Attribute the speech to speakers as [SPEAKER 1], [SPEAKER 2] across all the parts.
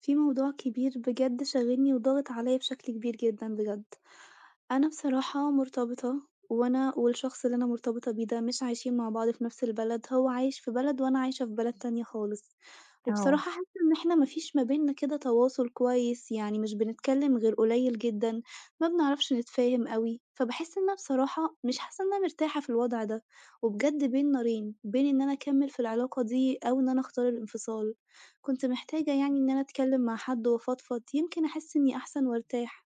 [SPEAKER 1] في موضوع كبير بجد شاغلني وضاغط عليّا بشكل كبير جدًا بجد. أنا بصراحة مرتبطة، وأنا والشخص اللي أنا مرتبطة بيه ده مش عايشين مع بعض في نفس البلد، هو عايش في بلد وأنا عايشة في بلد تانية خالص.
[SPEAKER 2] آه.
[SPEAKER 1] وبصراحة حاسة إن إحنا ما فيش ما بيننا كده تواصل كويس، يعني مش بنتكلم غير قليل جدًا، ما بنعرفش نتفاهم أوي، فباحس إن أنا بصراحة مش حاسة إن أنا مرتاحة في الوضع ده، وبجد بين نارين، بين إن أنا أكمل في العلاقة دي أو إن أنا أختار الانفصال. كنت محتاجة يعني إن أنا أتكلّم مع حد وأفضفض، يمكن أحس إني أحسن وأرتاح.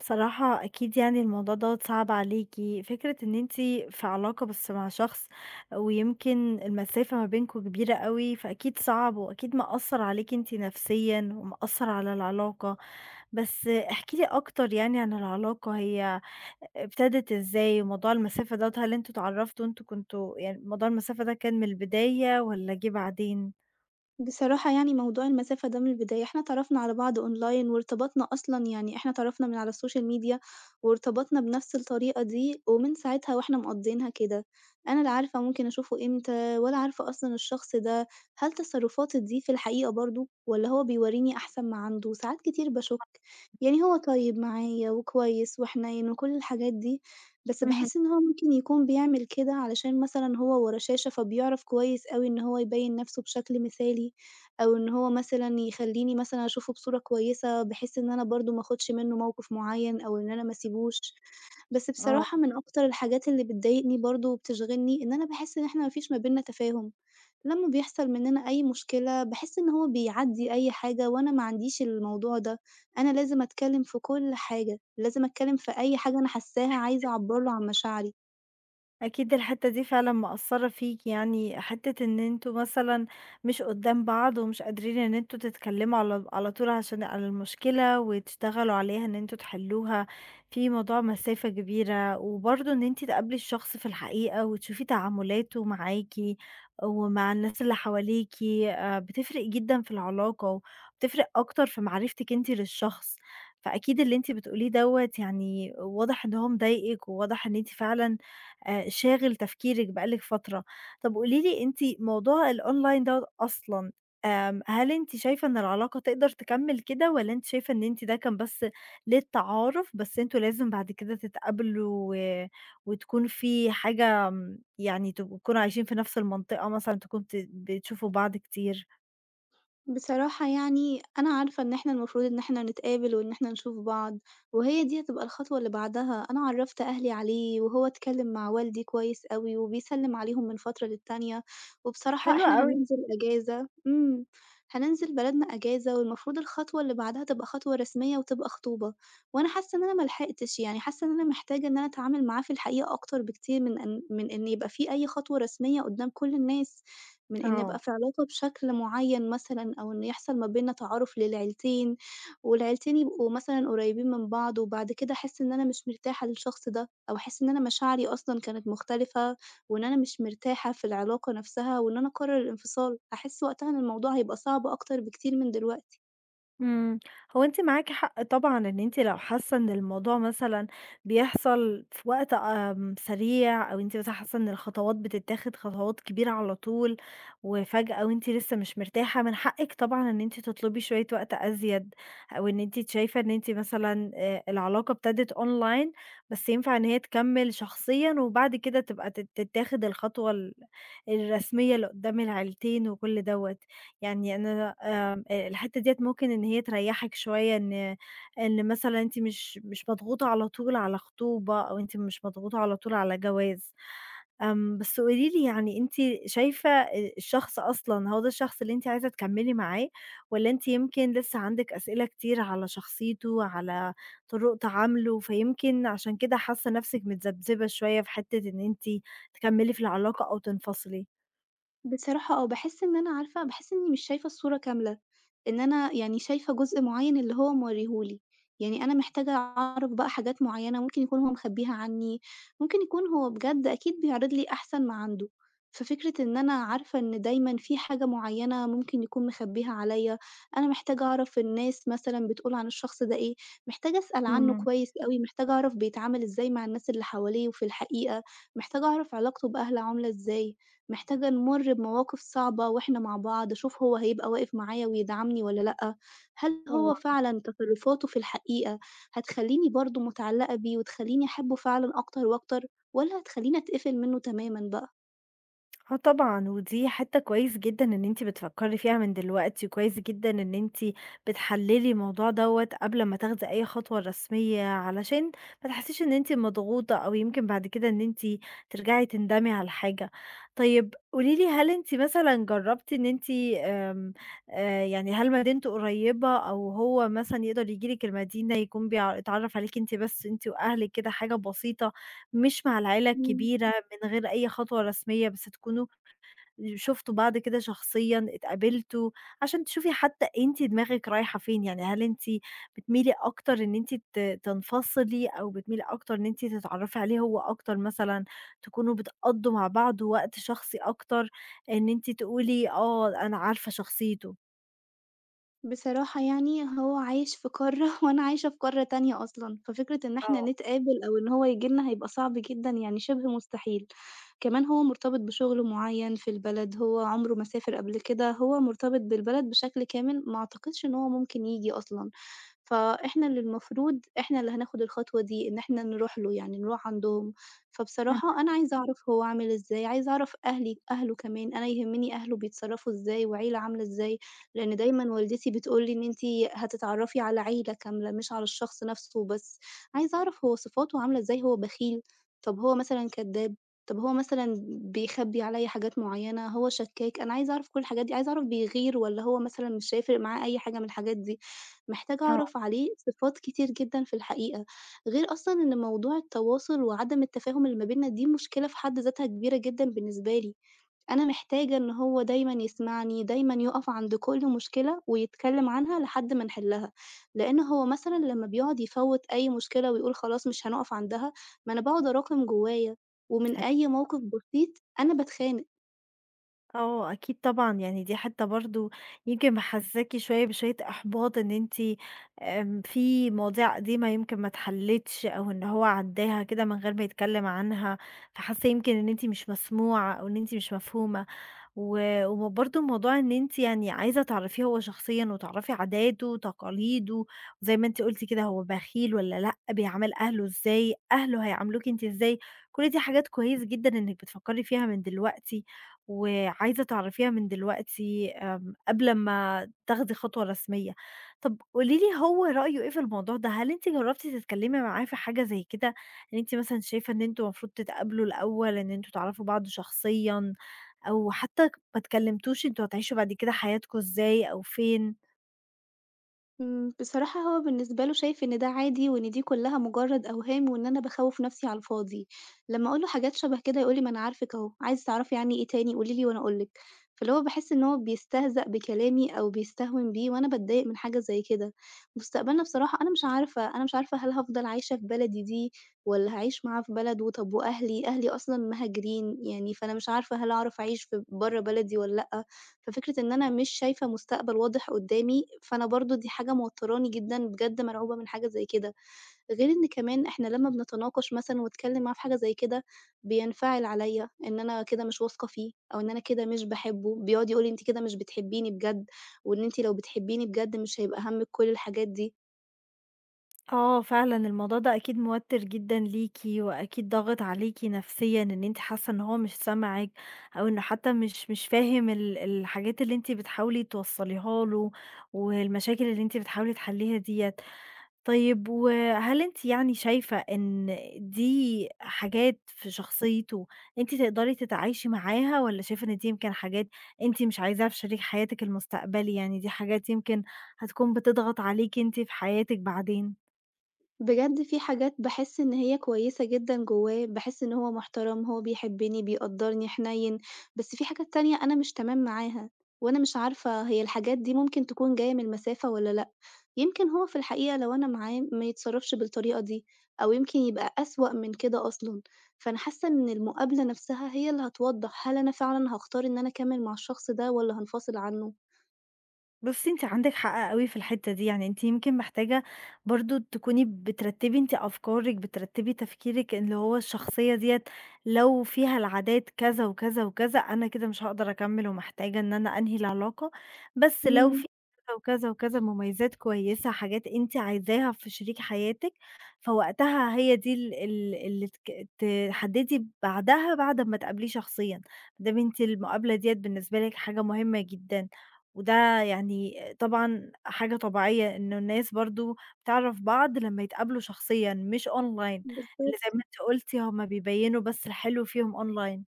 [SPEAKER 2] بصراحة أكيد يعني الموضوع دوّة صعب عليكِ، فكرة إن أنتِ في علاقة بس مع شخص، ويمكن المسافة ما بينكم كبيرة أوي، فأكيد صعب وأكيد مأثّر عليكِ أنتِ نفسيًا ومأثّر على العلاقة. بس احكي لي أكتر، يعني عن العلاقة هي ابتدت إزاي؟ وموضوع المسافة دوّة، هل أنتم اتعرّفتوا وأنتم كنتم يعني موضوع المسافة ده كان من البداية والّا جِه بعدين؟
[SPEAKER 1] بصراحة يعني موضوع المسافة ده من البداية إحنا اتعرفنا على بعض أونلاين وارتبطنا، أصلًا يعني إحنا اتعرفنا من على السوشيال ميديا وارتبطنا بنفس الطريقة دي، ومن ساعتها وإحنا مقضيينها كده. أنا لا عارفة ممكن أشوفه إمتى، ولا عارفة أصلًا الشخص ده هل تصرفاتي دي في الحقيقة برضه والّا هو بيوريني أحسن ما عنده؟ ساعات كتير باشُك. يعني هو طيب معايا وكويس وحنين وكل الحاجات دي، بس
[SPEAKER 2] اهم.
[SPEAKER 1] باحس إن هو ممكن يكون بيعمل كده علشان مثلًا هو ورا شاشة، فبيعرف كويس أوي إن هو يبيّن نفسه بشكل مثالي. أو إن هو مثلًا يخلّيني مثلًا أشوفه بصورة كويسة، بحيث إن أنا برضه ما آخُدش منّه موقِف معيّن أو إن أنا ما أسيبوش. بس
[SPEAKER 2] آه.
[SPEAKER 1] بصراحة من أكتر الحاجات اللي بتضايقني برضه وبتشغِلني، إن أنا باحس إن إحنا ما فيش ما بيننا تفاهم. لمّا بيحصل منّنا أي مشكلة، باحس إن هو بيعدّي أي حاجة، وأنا ما عنديش الموضوع ده. أنا لازم أتكلّم في كل حاجة، لازم أتكلّم في أي حاجة أنا حاسّاها، عايزة أعبّر له عن مشاعري.
[SPEAKER 2] أكيد الحتة دي فعلًا مأثّرة فيك، يعني حتة إن أنتم مثلًا مش قدّام بعض ومش قادرين إن أنتم تتكلّموا على طول عشان على المشكلة، وتشتغلوا عليها إن أنتم تحلّوها. في موضوع مسافة كبيرة، وبرضه إن أنتِ تقابلي الشخص في الحقيقة وتشوفي تعاملاته معاكِ ومع الناس اللي حواليكِ، بتفرق جدًا في العلاقة، وبتفرق أكتر في معرفتِك أنتِ للشخص. فأكيد اللي أنتِ بتقوليه دوّة يعني واضح إن هو مضايقِك، وواضح إن أنتِ فعلًا شاغل تفكيرِك بقى لِك فترة. طب قولي لي أنتِ موضوع الأونلاين دوّة أصلًا، هل أنتِ شايفة إن العلاقة تقدر تكمّل كده، والّا أنتِ شايفة إن أنتِ ده كان بس للتعارُف، بس أنتم لازم بعد كده تتقابلوا وتكون في حاجة، يعني تبقوا تكونوا عايشين في نَفْس المنطقة مثلًا، تكونوا بتشوفوا بعض كتير؟
[SPEAKER 1] بصراحة يعني أنا عارفة إن إحنا المفروض إن إحنا نتقابل وإن إحنا نشوف بعض، وهي دي هتبقى الخطوة اللي بعدها. أنا عرّفت أهلي عليه، وهو اتكلّم مع والدي كويس أوي وبيسلِّم عليهم من فترة للتانية. وبصراحة
[SPEAKER 2] حلو
[SPEAKER 1] إحنا
[SPEAKER 2] أوي.
[SPEAKER 1] هننزل إجازة، هننزل بلدنا إجازة، والمفروض الخطوة اللي بعدها تبقى خطوة رسمية وتبقى خطوبة. وأنا حاسة إن أنا ما لحقتش، يعني حاسة إن أنا محتاجة إن أنا أتعامل معاه في الحقيقة أكتر بكتير من إن يبقى في أي خطوة رسمية قُدّام كل الناس. من إن أبقى
[SPEAKER 2] آه.
[SPEAKER 1] في علاقة بشكل معيّن مثلًا، أو إن يحصل ما بيننا تعارُف للعيلتين، والعيلتين يبقوا مثلًا قريّبين من بعض، وبعد كده أحس إن أنا مش مرتاحة للشخص ده، أو أحس إن أنا مشاعري أصلًا كانت مختلفة وإن أنا مش مرتاحة في العلاقة نَفْسها، وإن أنا أقرّر الانفصال، أحس وقتها إن الموضوع هيبقى صعب أكتر بكتير من دلوقتي.
[SPEAKER 2] إمم. هو أنتِ معاكِ حق طبعًا، إن أنتِ لو حاسة إن الموضوع مثلًا بيحصل في وقت سريع، أو أنتِ مثلًا حاسة إن الخطوات بتتاخد خطوات كبيرة على طول، وفجأة وأنتِ لسه مش مرتاحة، من حقِك طبعًا إن أنتِ تطلبي شوية وقت أزيد، أو إن أنتِ شايفة إن أنتِ مثلًا العلاقة ابتدت online، بس ينفع إن هي تكمل شخصيًا، وبعد كده تبقى تتاخد الخطوة الرسمية لقدام العيلتين وكل دوّة. يعني أنا آمم الحتّة ديّة ممكن إن هي تريّحِك شوية، إن مثلًا أنتِ مش مضغوطة على طول على خطوبة، أو أنتِ مش مضغوطة على طول على جواز. بس قولي لي، يعني أنتِ شايفة الشخص أصلًا هو ده الشخص اللي أنتِ عايزة تكمّلي معاه، والّا أنتِ يمكن لسّه عندِك أسئلة كتير على شخصيته، على طرق تعامله، فيمكن عشان كده حاسّة نَفْسِك متذبذبة شوية في حتّة إن أنتِ تكمّلي في العلاقة أو تنفصلي؟
[SPEAKER 1] بصراحة آه، باحس إن أنا عارفة، باحس إني مش شايفة الصورة كاملة، إن أنا يعني شايفة جزء معيّن اللي هو موريه لي. يعني أنا محتاجة أعرف بقى حاجات معيّنة ممكن يكون هو مخبيها عني، ممكن يكون هو بجد أكيد بيعرض لي أحسن ما عنده. ففكرة إن أنا عارفة إن دايمًا في حاجة معيّنة ممكن يكون مخبيها عليَّ، أنا محتاجة أعرف الناس مثلًا بتقول عن الشخص ده إيه، محتاجة أسأل عنه
[SPEAKER 2] إمم.
[SPEAKER 1] كويس أوي، محتاجة أعرف بيتعامل إزاي مع الناس اللي حواليه وفي الحقيقة، محتاجة أعرف علاقته بأهله عاملة إزاي. محتاجة نمُر بمواقف صعبة وإحنا مع بعض، أشوف هو هيبقى واقف معايا ويدعمني والّا لأ. هل هو
[SPEAKER 2] تمام.
[SPEAKER 1] فعلًا تصرُّفاته في الحقيقة هتخلّيني برضه متعلّقة بيه وتخلّيني أحبّه فعلًا أكتر وأكتر، والّا هتخلّيني أتقفل منّه تمامًا بقى؟
[SPEAKER 2] آه طبعًا، ودي حتّة كويس جدًا إن أنتِ بتفكّري فيها من دلوقتي، وكويس جدًا إن أنتِ بتحلّلي الموضوع دوّة قبل ما تاخدي أي خطوة رسمية، علشان ما تحسّيش إن أنتِ مضغوطة، أو يمكن بعد كده إن أنتِ ترجعي تندمي على حاجة. طيب قولي لي، هل أنتِ مثلًا جرّبتِ إن أنتِ آمم، يعني هل مدينته قريّبة، أو هو مثلًا يقدر ييجي لِك المدينة، يكون اتعرّف عليكِ أنتِ بس، أنتِ وأهلِك كده حاجة بسيطة، مش مع العيلة
[SPEAKER 1] إمم.
[SPEAKER 2] الكبيرة، من غير أي خطوة رسمية، بس تكونوا شُفتوا بعض كده شخصيًا، اتقابلتوا، عشان تشوفي حتى أنتِ دماغِك رايحة فين، يعني هل أنتِ بتميلي أكتر إن أنتِ تنفصلي، أو بتميلي أكتر إن أنتِ تتعرّفي عليه هو أكتر مثلًا، تكونوا بتقضّوا مع بعض وقت شخصي أكتر، إن أنتِ تقولي آه أنا عارفة شخصيته؟
[SPEAKER 1] بصراحة يعني هو عايش في قارة وأنا عايشة في قارة تانية أصلًا، ففكرة إن إحنا
[SPEAKER 2] آه.
[SPEAKER 1] نتقابل أو إن هو ييجي لنا هيبقى صعب جدًا، يعني شِبه مستحيل. كمان هو مرتبط بشغل معيّن في البلد، هو عمره ما سافر قبل كده، هو مرتبط بالبلد بشكل كامل، ما أعتقدش إن هو ممكن ييجي أصلًا. فإحنا اللي المفروض إحنا اللي هناخد الخطوة دي، إن إحنا نروح له، يعني نروح عندهم.
[SPEAKER 2] إمم.
[SPEAKER 1] فبصراحة أنا عايزة أعرف هو عامل إزاي، عايزة أعرف أهلي أهله كمان، أنا يهمني أهله بيتصرّفوا إزاي وعيلة عاملة إزاي، لإن دايمًا والدتي بتقول لي: إن أنتِ هتتعرّفي على عيلة كاملة مش على الشخص نفسه وبس. عايزة أعرف هو صفاته عاملة إزاي، هو بخيل؟ طب هو مثلًا كدّاب؟ طب هو مثلًا بيخبّي عليَّ حاجات معيّنة، هو شكّاك؟ أنا عايزة أعرف كل الحاجات دي، عايزة أعرف بيغير والّا هو مثلًا مش هيفرق معاه أي حاجة من الحاجات دي. محتاجة أعرف عليه صفات كتير جدًا في الحقيقة، غير أصلًا إن موضوع التواصل وعدم التفاهم اللي ما بيننا دي مشكلة في حد ذاتها كبيرة جدًا بالنسبة لي. أنا محتاجة إن هو دايمًا يسمعني، دايمًا يُقف عند كل مشكلة ويتكلم عنها لحد ما نحلها، لإن هو مثلًا لمّا بيقعد يفوّت أي مشكلة ويقول خلاص مش هنقف عندها، ما أنا باقعد أراكم جوايا، ومن
[SPEAKER 2] آه.
[SPEAKER 1] أي موقف بسيط أنا باتخانق.
[SPEAKER 2] آه، أكيد طبعًا، يعني دي حتّة برضه يمكن محسّساكِ شوية بشوية إحباط، إن أنتِ في مواضيع قديمة يمكن ما اتحلِّتش، أو إن هو عدّاها كده من غير ما يتكلّم عنها، فحاسّة يمكن إن أنتِ مش مسموعة، أو إن أنتِ مش مفهومة. و وبرضه موضوع إن أنتِ يعني عايزة تعرفيه هو شخصيًا، وتعرفي عاداته وتقاليده، وزي ما أنتِ قُلتِ كده، هو بخيل والّا لأ، بيعامل أهله إزاي، أهله هيعاملوكِ أنتِ إزاي، كل دي حاجات كويس جدًا إنِّك بتفكّري فيها من دلوقتي، وعايزة تعرفيها من دلوقتي، قبل ما تاخدي خطوة رسمية. طب قولي لي، هو رأيه إيه في الموضوع ده؟ هل أنتِ جرّبتِ تتكلّمي معاه في حاجة زي كده، إن أنتِ مثلًا شايفة إن أنتم المفروض تتقابلوا الأول، إن أنتم تعرفوا بعض شخصيًا، أو حتى ما اتكلمتوش أنتم هتعيشوا بعد كده حياتكم إزاي أو فين؟
[SPEAKER 1] بصراحة هو بالنسبة له شايف إن ده عادي، وإن دي كلّها مجرّد أوهام، وإن أنا باخوّف نَفْسي على الفاضي. لمّا أقول له حاجات شبه كده يقول لي: "ما أنا عارفِك أهو، عايزة تعرفي عنّي إيه تاني قولي لي وأنا أقول لِك." فاللي هو باحس إن هو بيستهزأ بكلامي أو بيستهون بيه، وأنا باتضايق من حاجة زي كده. مستقبلنا بصراحة أنا مش عارفة، أنا مش عارفة هل هافضل عايشة في بلدي دي والّا هاعيش معاه في بلده؟ طب وأهلي، أهلي أصلًا مهاجرين، يعني فأنا مش عارفة هل أعرف أعيش في برّه بلدي والّا لأ؟ ففكرة إن أنا مش شايفة مستقبل واضح قدّامي، فأنا برضه دي حاجة موتّراني جدًا، بجد مرعوبة من حاجة زي كده. غير إن كمان إحنا لمّا بنتناقش مثلًا واتكلّم معاه في حاجة زي كده، بينفعل عليّا إن أنا كده مش واثقة فيه، أو إن أنا كده مش باحبه، بيقعد يقول لي: "أنتِ كده مش بتحبيني بجد، وإن أنتِ لو بتحبيني بجد مش هيبقى هَمِّك كل الحاجات دي."
[SPEAKER 2] آه، فعلًا الموضوع ده أكيد موتّر جدًا ليكِ، وأكيد ضاغط عليكِ نفسيًا إن أنتِ حاسة إن هو مش سامعِك، أو إنه حتى مش فاهم الحاجات اللي أنتِ بتحاولي توصّليها له، والمشاكل اللي أنتِ بتحاولي تحلّيها ديّة. طيب، وهل أنتِ يعني شايفة إن دي حاجات في شخصيته أنتِ تقدري تتعايشي معاها، والّا شايفة إن دي يمكن حاجات أنتِ مش عايزاها في شريك حياتِك المستقبلي، يعني دي حاجات يمكن هتكون بتضغط عليكِ أنتِ في حياتِك بعدين؟
[SPEAKER 1] بجد في حاجات باحس إن هي كويسة جدًا جوّاه، باحس إن هو محترم، هو بيحبني، بيقدّرني، حنيّن. بس في حاجات تانية أنا مش تمام معاها، وأنا مش عارفة هي الحاجات دي ممكن تكون جاية من المسافة والّا لأ. يمكن هو في الحقيقة لو أنا معاه ما يتصرّفش بالطريقة دي، أو يمكن يبقى أسوأ من كده أصلًا. فأنا حاسة إن المقابلة نفسها هي اللي هتوضّح هل أنا فعلًا هاختار إن أنا أكمّل مع الشخص ده والّا هانفصل عنه.
[SPEAKER 2] بُصّي أنتِ عندِك حق أوي في الحتّة دي، يعني أنتِ يمكن محتاجة برضه تكوني بترتّبي أنتِ أفكارِك، بترتّبي تفكيرِك، اللي هو الشخصية ديّة لو فيها العادات كذا وكذا وكذا، أنا كده مش هاقدر أكمّل ومحتاجة إن أنا أنهي العلاقة، بس لو
[SPEAKER 1] إمم،
[SPEAKER 2] في كذا وكذا وكذا مميزات كويسة، حاجات أنتِ عايزاها في شريك حياتِك، فوقتها هي دي ال ال اللي تحدّدي بعدها، بعد أمّا تقابليه شخصيًا، ما دام أنتِ المقابلة ديّة بالنسبة لِك حاجة مهمة جدًا. وده يعني طبعًا حاجة طبيعية إنه الناس برضه بتعرف بعض لمّا يتقابلوا شخصيًا مش أونلاين، اللي زي
[SPEAKER 1] بالضبط.
[SPEAKER 2] ما أنتِ قُلتِ هُم بيبيّنوا بس الحلو فيهم أونلاين.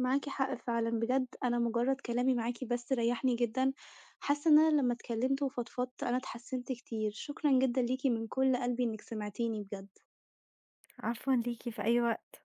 [SPEAKER 1] معاكِ حق فعلًا، بجد أنا مجرد كلامي معاكِ بس ريّحني جدًا، حاسة إن أنا لمّا اتكلمت وفضفضت أنا اتحسنت كتير. شكرًا جدًا ليكِ من كل قلبي إنِّك سمعتيني بجد.
[SPEAKER 2] عفوًا ليكِ، في أي وقت.